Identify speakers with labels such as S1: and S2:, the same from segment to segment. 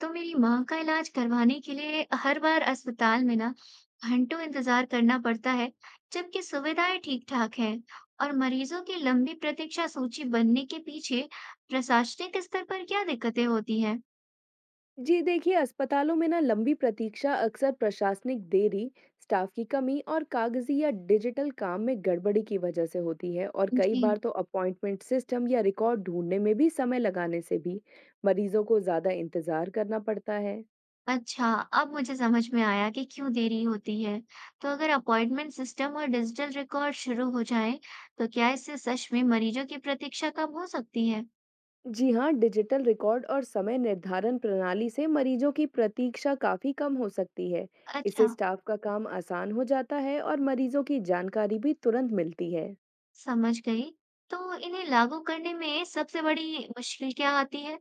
S1: तो मेरी माँ का इलाज करवाने के लिए हर बार अस्पताल में ना घंटों इंतजार करना पड़ता है, जबकि सुविधाएं ठीक-ठाक हैं और मरीजों की लंबी प्रतीक्षा सूची बनने के पीछे प्रशासनिक स्तर पर क्या दिक्कतें होती हैं?
S2: जी देखिए, अस्पतालों में ना लंबी प्रतीक्षा अक्सर प्रशासनिक देरी, स्टाफ की कमी और कागजी या डिजिटल काम में गड़बड़ी की वजह से होती है। और कई
S1: जी।
S2: बार तो अपॉइंटमेंट सिस्टम या रिकॉर्ड ढूंढने में भी समय लगाने से भी मरीजों को ज़्यादा इंतज़ार करना पड़ता है।
S1: अच्छा, अब मुझे समझ में आया कि क्यों देरी होती है। तो अगर अपॉइंटमेंट सिस्टम और डिजिटल रिकॉर्ड शुरू हो जाए, तो क्या इससे सच में मरीजों की प्रतीक्षा कम हो सकती है?
S2: जी हाँ, डिजिटल रिकॉर्ड और समय निर्धारण प्रणाली से मरीजों की प्रतीक्षा काफ़ी कम हो सकती है। इससे
S1: अच्छा।
S2: स्टाफ का काम आसान हो जाता है और मरीजों की जानकारी भी तुरंत मिलती है।
S1: समझ गई। तो इन्हें लागू करने में सबसे बड़ी मुश्किल क्या आती है?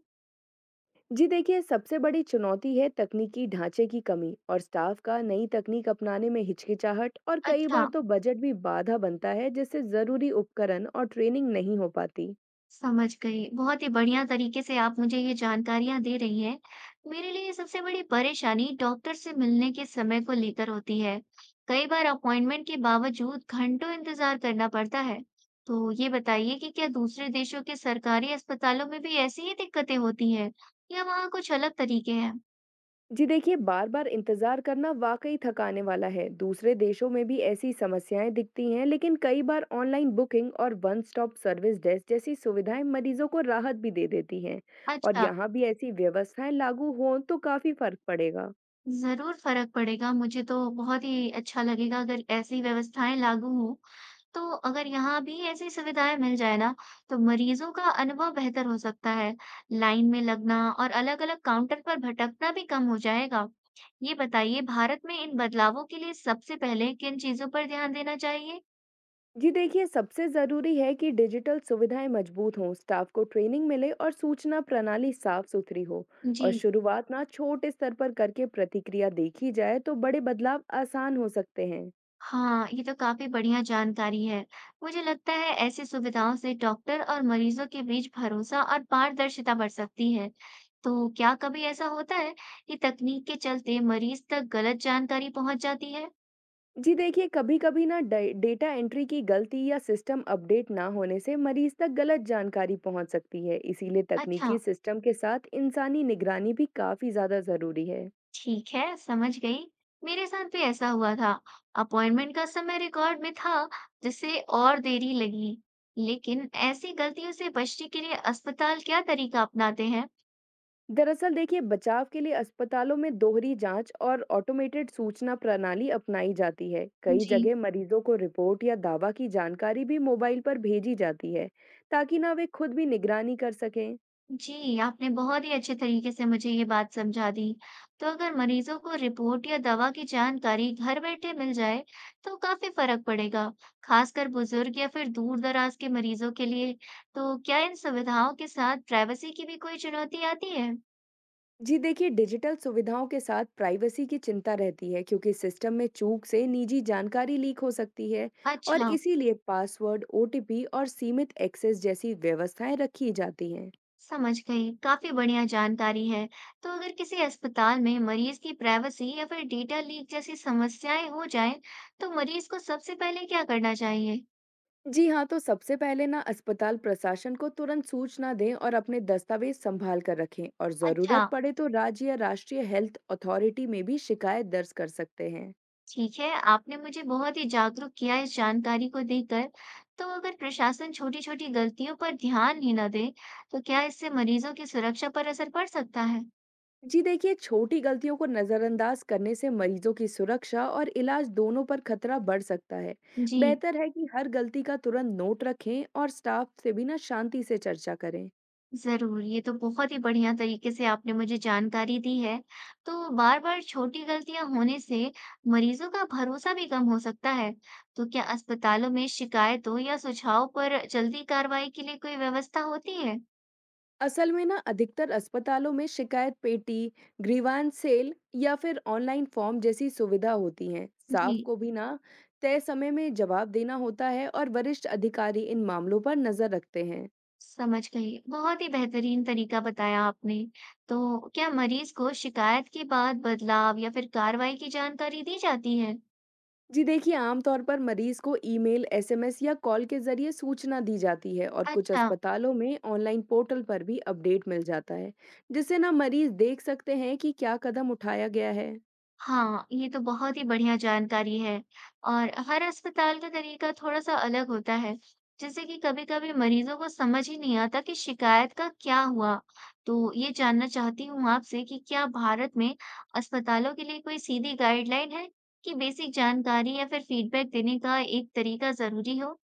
S2: जी देखिए, सबसे बड़ी चुनौती है तकनीकी ढांचे की कमी और स्टाफ का नई तकनीक अपनाने में हिचकिचाहट। और कई
S1: अच्छा,
S2: बार तो बजट भी बाधा बनता है, जिससे जरूरी उपकरण और ट्रेनिंग नहीं हो पाती।
S1: समझ गई। बहुत ही बढ़िया तरीके से आप मुझे ये जानकारियाँ दे रही हैं। मेरे लिए सबसे बड़ी परेशानी डॉक्टर से मिलने के समय को लेकर होती है। कई बार अपॉइंटमेंट के बावजूद घंटों इंतज़ार करना पड़ता है। तो ये बताइए कि क्या दूसरे देशों के सरकारी अस्पतालों में भी ऐसी ही दिक्कतें होती हैं या वहाँ कुछ अलग तरीके हैं?
S2: जी देखिए, बार बार इंतजार करना वाकई थकाने वाला है। दूसरे देशों में भी ऐसी समस्याएं दिखती हैं, लेकिन कई बार ऑनलाइन बुकिंग और वन स्टॉप सर्विस डेस्क जैसी सुविधाएं मरीजों को राहत भी दे देती हैं। और
S1: अच्छा।
S2: यहाँ भी ऐसी व्यवस्थाएं लागू हों तो काफी फर्क पड़ेगा।
S1: ज़रूर फ़र्क पड़ेगा, मुझे तो बहुत ही अच्छा लगेगा अगर ऐसी व्यवस्थाएँ लागू हों। तो अगर यहाँ भी ऐसी सुविधाएँ मिल जाए ना, तो मरीज़ों का अनुभव बेहतर हो सकता है। लाइन में लगना और अलग-अलग काउंटर पर भटकना भी कम हो जाएगा। ये बताइए भारत में इन बदलावों के लिए सबसे पहले किन चीज़ों पर ध्यान देना चाहिए?
S2: जी देखिए, सबसे ज़रूरी है कि डिजिटल सुविधाएं मजबूत हों, स्टाफ को ट्रेनिंग मिले और सूचना प्रणाली साफ सुथरी हो।
S1: जी।
S2: और शुरुआत ना छोटे स्तर पर करके प्रतिक्रिया देखी जाए तो बड़े बदलाव आसान हो सकते हैं।
S1: हाँ, ये तो काफी बढ़िया जानकारी है। मुझे लगता है ऐसी सुविधाओं से डॉक्टर और मरीजों के बीच भरोसा और पारदर्शिता बढ़ सकती है। तो क्या कभी ऐसा होता है कि तकनीक के चलते मरीज तक गलत जानकारी पहुंच जाती है?
S2: जी देखिए, कभी कभी ना डेटा एंट्री की गलती या सिस्टम अपडेट ना होने से मरीज तक गलत जानकारी पहुंच सकती है। इसीलिए
S1: अच्छा,
S2: तकनीकी सिस्टम के साथ इंसानी निगरानी भी काफ़ी ज़्यादा ज़रूरी है।
S1: ठीक है, समझ गई। मेरे साथ भी ऐसा हुआ था। अपॉइंटमेंट का समय रिकॉर्ड में था, जिससे और देरी लगी। लेकिन ऐसी गलतियों से बचने के लिए अस्पताल क्या तरीका अपनाते हैं?
S2: दरअसल देखिए, बचाव के लिए अस्पतालों में दोहरी जांच और ऑटोमेटेड सूचना प्रणाली अपनाई जाती है। कई
S1: जी
S2: जगह मरीजों को रिपोर्ट या दावा की जानकारी भी मोबाइल पर भेजी जाती है, ताकि ना वे खुद भी निगरानी कर सकें।
S1: जी, आपने बहुत ही अच्छे तरीके से मुझे ये बात समझा दी। तो अगर मरीजों को रिपोर्ट या दवा की जानकारी घर बैठे मिल जाए, तो काफ़ी फ़र्क पड़ेगा, खासकर बुज़ुर्ग या फिर दूर-दराज के मरीजों के लिए। तो क्या इन सुविधाओं के साथ प्राइवेसी की भी कोई चुनौती आती है?
S2: जी देखिए, डिजिटल सुविधाओं के साथ प्राइवेसी की चिंता रहती है, क्योंकि सिस्टम में चूक से निजी जानकारी लीक हो सकती है। और
S1: अच्छा,
S2: इसीलिए पासवर्ड, ओटीपी और सीमित एक्सेस जैसी व्यवस्थाएं रखी जाती हैं।
S1: समझ गई। काफ़ी बढ़िया जानकारी है। तो अगर किसी अस्पताल में मरीज की प्राइवेसी या फिर डेटा लीक जैसी समस्याएं हो जाएं, तो मरीज को सबसे पहले क्या करना चाहिए?
S2: जी हाँ, तो सबसे पहले ना अस्पताल प्रशासन को तुरंत सूचना दें और अपने दस्तावेज संभाल कर रखें। और
S1: अच्छा।
S2: ज़रूरत पड़े तो राज्य या राष्ट्रीय हेल्थ अथॉरिटी में भी शिकायत दर्ज कर सकते हैं।
S1: ठीक है, आपने मुझे बहुत ही जागरूक किया इस जानकारी को देकर। तो अगर प्रशासन छोटी-छोटी गलतियों पर ध्यान ही न दे, तो क्या इससे मरीजों की सुरक्षा पर असर पड़ सकता है?
S2: जी देखिए, छोटी गलतियों को नज़रअंदाज करने से मरीजों की सुरक्षा और इलाज दोनों पर खतरा बढ़ सकता है।
S1: जी,
S2: बेहतर है कि हर गलती का तुरंत नोट रखें और स्टाफ से भी ना शांति से चर्चा करें।
S1: ज़रूर। ये तो बहुत ही बढ़िया तरीके से आपने मुझे जानकारी दी है। तो बार-बार छोटी गलतियां होने से मरीजों का भरोसा भी कम हो सकता है। तो क्या अस्पतालों में शिकायतों या सुझाव पर जल्दी कार्रवाई के लिए कोई व्यवस्था होती है?
S2: असल में ना अधिकतर अस्पतालों में शिकायत पेटी, ग्रीवांस सेल या फिर ऑनलाइन फॉर्म जैसी सुविधा होती हैं। स्टाफ
S1: जी।
S2: को भी ना तय समय में जवाब देना होता है और वरिष्ठ अधिकारी इन मामलों पर नजर रखते हैं।
S1: समझ गई। बहुत ही बेहतरीन तरीका बताया आपने। तो क्या मरीज़ को शिकायत के बाद बदलाव या फिर कार्रवाई की जानकारी दी जाती है?
S2: जी देखिए, आमतौर पर मरीज को ईमेल, एसएमएस या कॉल के जरिए सूचना दी जाती है। और कुछ
S1: अच्छा।
S2: अस्पतालों में ऑनलाइन पोर्टल पर भी अपडेट मिल जाता है, जिससे ना मरीज देख सकते हैं कि क्या कदम उठाया गया है।
S1: हाँ, ये तो बहुत ही बढ़िया जानकारी है और हर अस्पताल का तरीका थोड़ा-सा अलग होता है। जैसे कि कभी-कभी मरीज़ों को समझ ही नहीं आता कि शिकायत का क्या हुआ। तो ये जानना चाहती हूँ आपसे कि क्या भारत में अस्पतालों के लिए कोई सीधी गाइडलाइन है कि बेसिक जानकारी या फिर फीडबैक देने का एक तरीका ज़रूरी हो?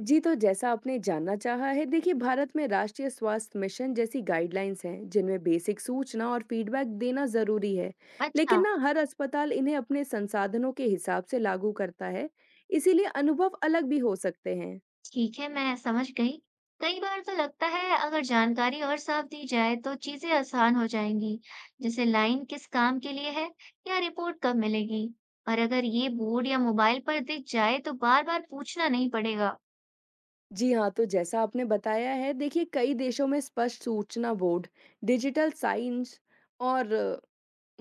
S2: जी, तो जैसा आपने जानना चाहा है, देखिए भारत में राष्ट्रीय स्वास्थ्य मिशन जैसी गाइडलाइंस हैं, जिनमें बेसिक सूचना और फीडबैक देना ज़रूरी है। लेकिन
S1: अच्छा,
S2: ना हर अस्पताल इन्हें अपने संसाधनों के हिसाब से लागू करता है, इसीलिए अनुभव अलग भी हो सकते हैं।
S1: ठीक है, मैं समझ गई। कई बार तो लगता है अगर जानकारी और साफ दी जाए तो चीजें आसान हो जाएंगी। जैसे लाइन किस काम के लिए है या रिपोर्ट कब मिलेगी। और अगर ये बोर्ड या मोबाइल पर दिख जाए तो बार बार पूछना नहीं पड़ेगा।
S2: जी हाँ, तो जैसा आपने बताया है, देखिए कई देशों में स्पष्ट सूचना बोर्ड, डिजिटल साइंस और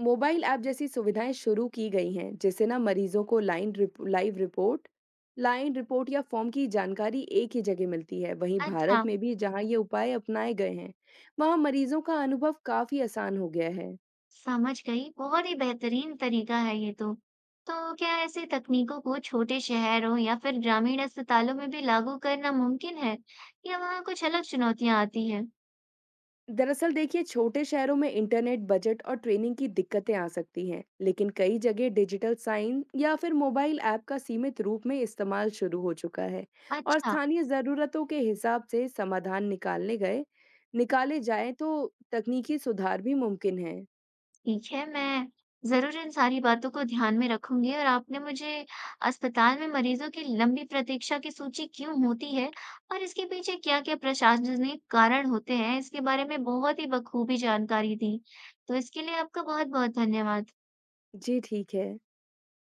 S2: मोबाइल ऐप जैसी सुविधाएं शुरू की गई हैं, जिससे ना मरीजों को लाइन रिपोर्ट या फॉर्म की जानकारी एक ही जगह मिलती है। वहीं भारत
S1: अच्छा,
S2: में भी जहां ये उपाय अपनाए गए हैं, वहां मरीजों का अनुभव काफी आसान हो गया है।
S1: समझ गई। बहुत ही बेहतरीन तरीका है ये तो। तो क्या ऐसी तकनीकों को छोटे शहरों या फिर ग्रामीण अस्पतालों में भी लागू करना मुमकिन है या वहाँ कुछ अलग चुनौतियां आती हैं?
S2: दरअसल देखिए, छोटे शहरों में इंटरनेट, बजट और ट्रेनिंग की दिक्कतें आ सकती हैं, लेकिन कई जगह डिजिटल साइन या फिर मोबाइल ऐप का सीमित रूप में इस्तेमाल शुरू हो चुका है। और
S1: अच्छा।
S2: स्थानीय ज़रूरतों के हिसाब से समाधान निकालने गए निकाले जाएं तो तकनीकी सुधार भी मुमकिन है।
S1: ठीक है, मैं ज़रूर इन सारी बातों को ध्यान में रखूँगी और आपने मुझे अस्पताल में मरीज़ों की लंबी प्रतीक्षा की सूची क्यों होती है और इसके पीछे क्या-क्या प्रशासनिक कारण होते हैं, इसके बारे में बहुत ही बखूबी जानकारी दी। तो इसके लिए आपका बहुत-बहुत धन्यवाद।
S2: जी ठीक है।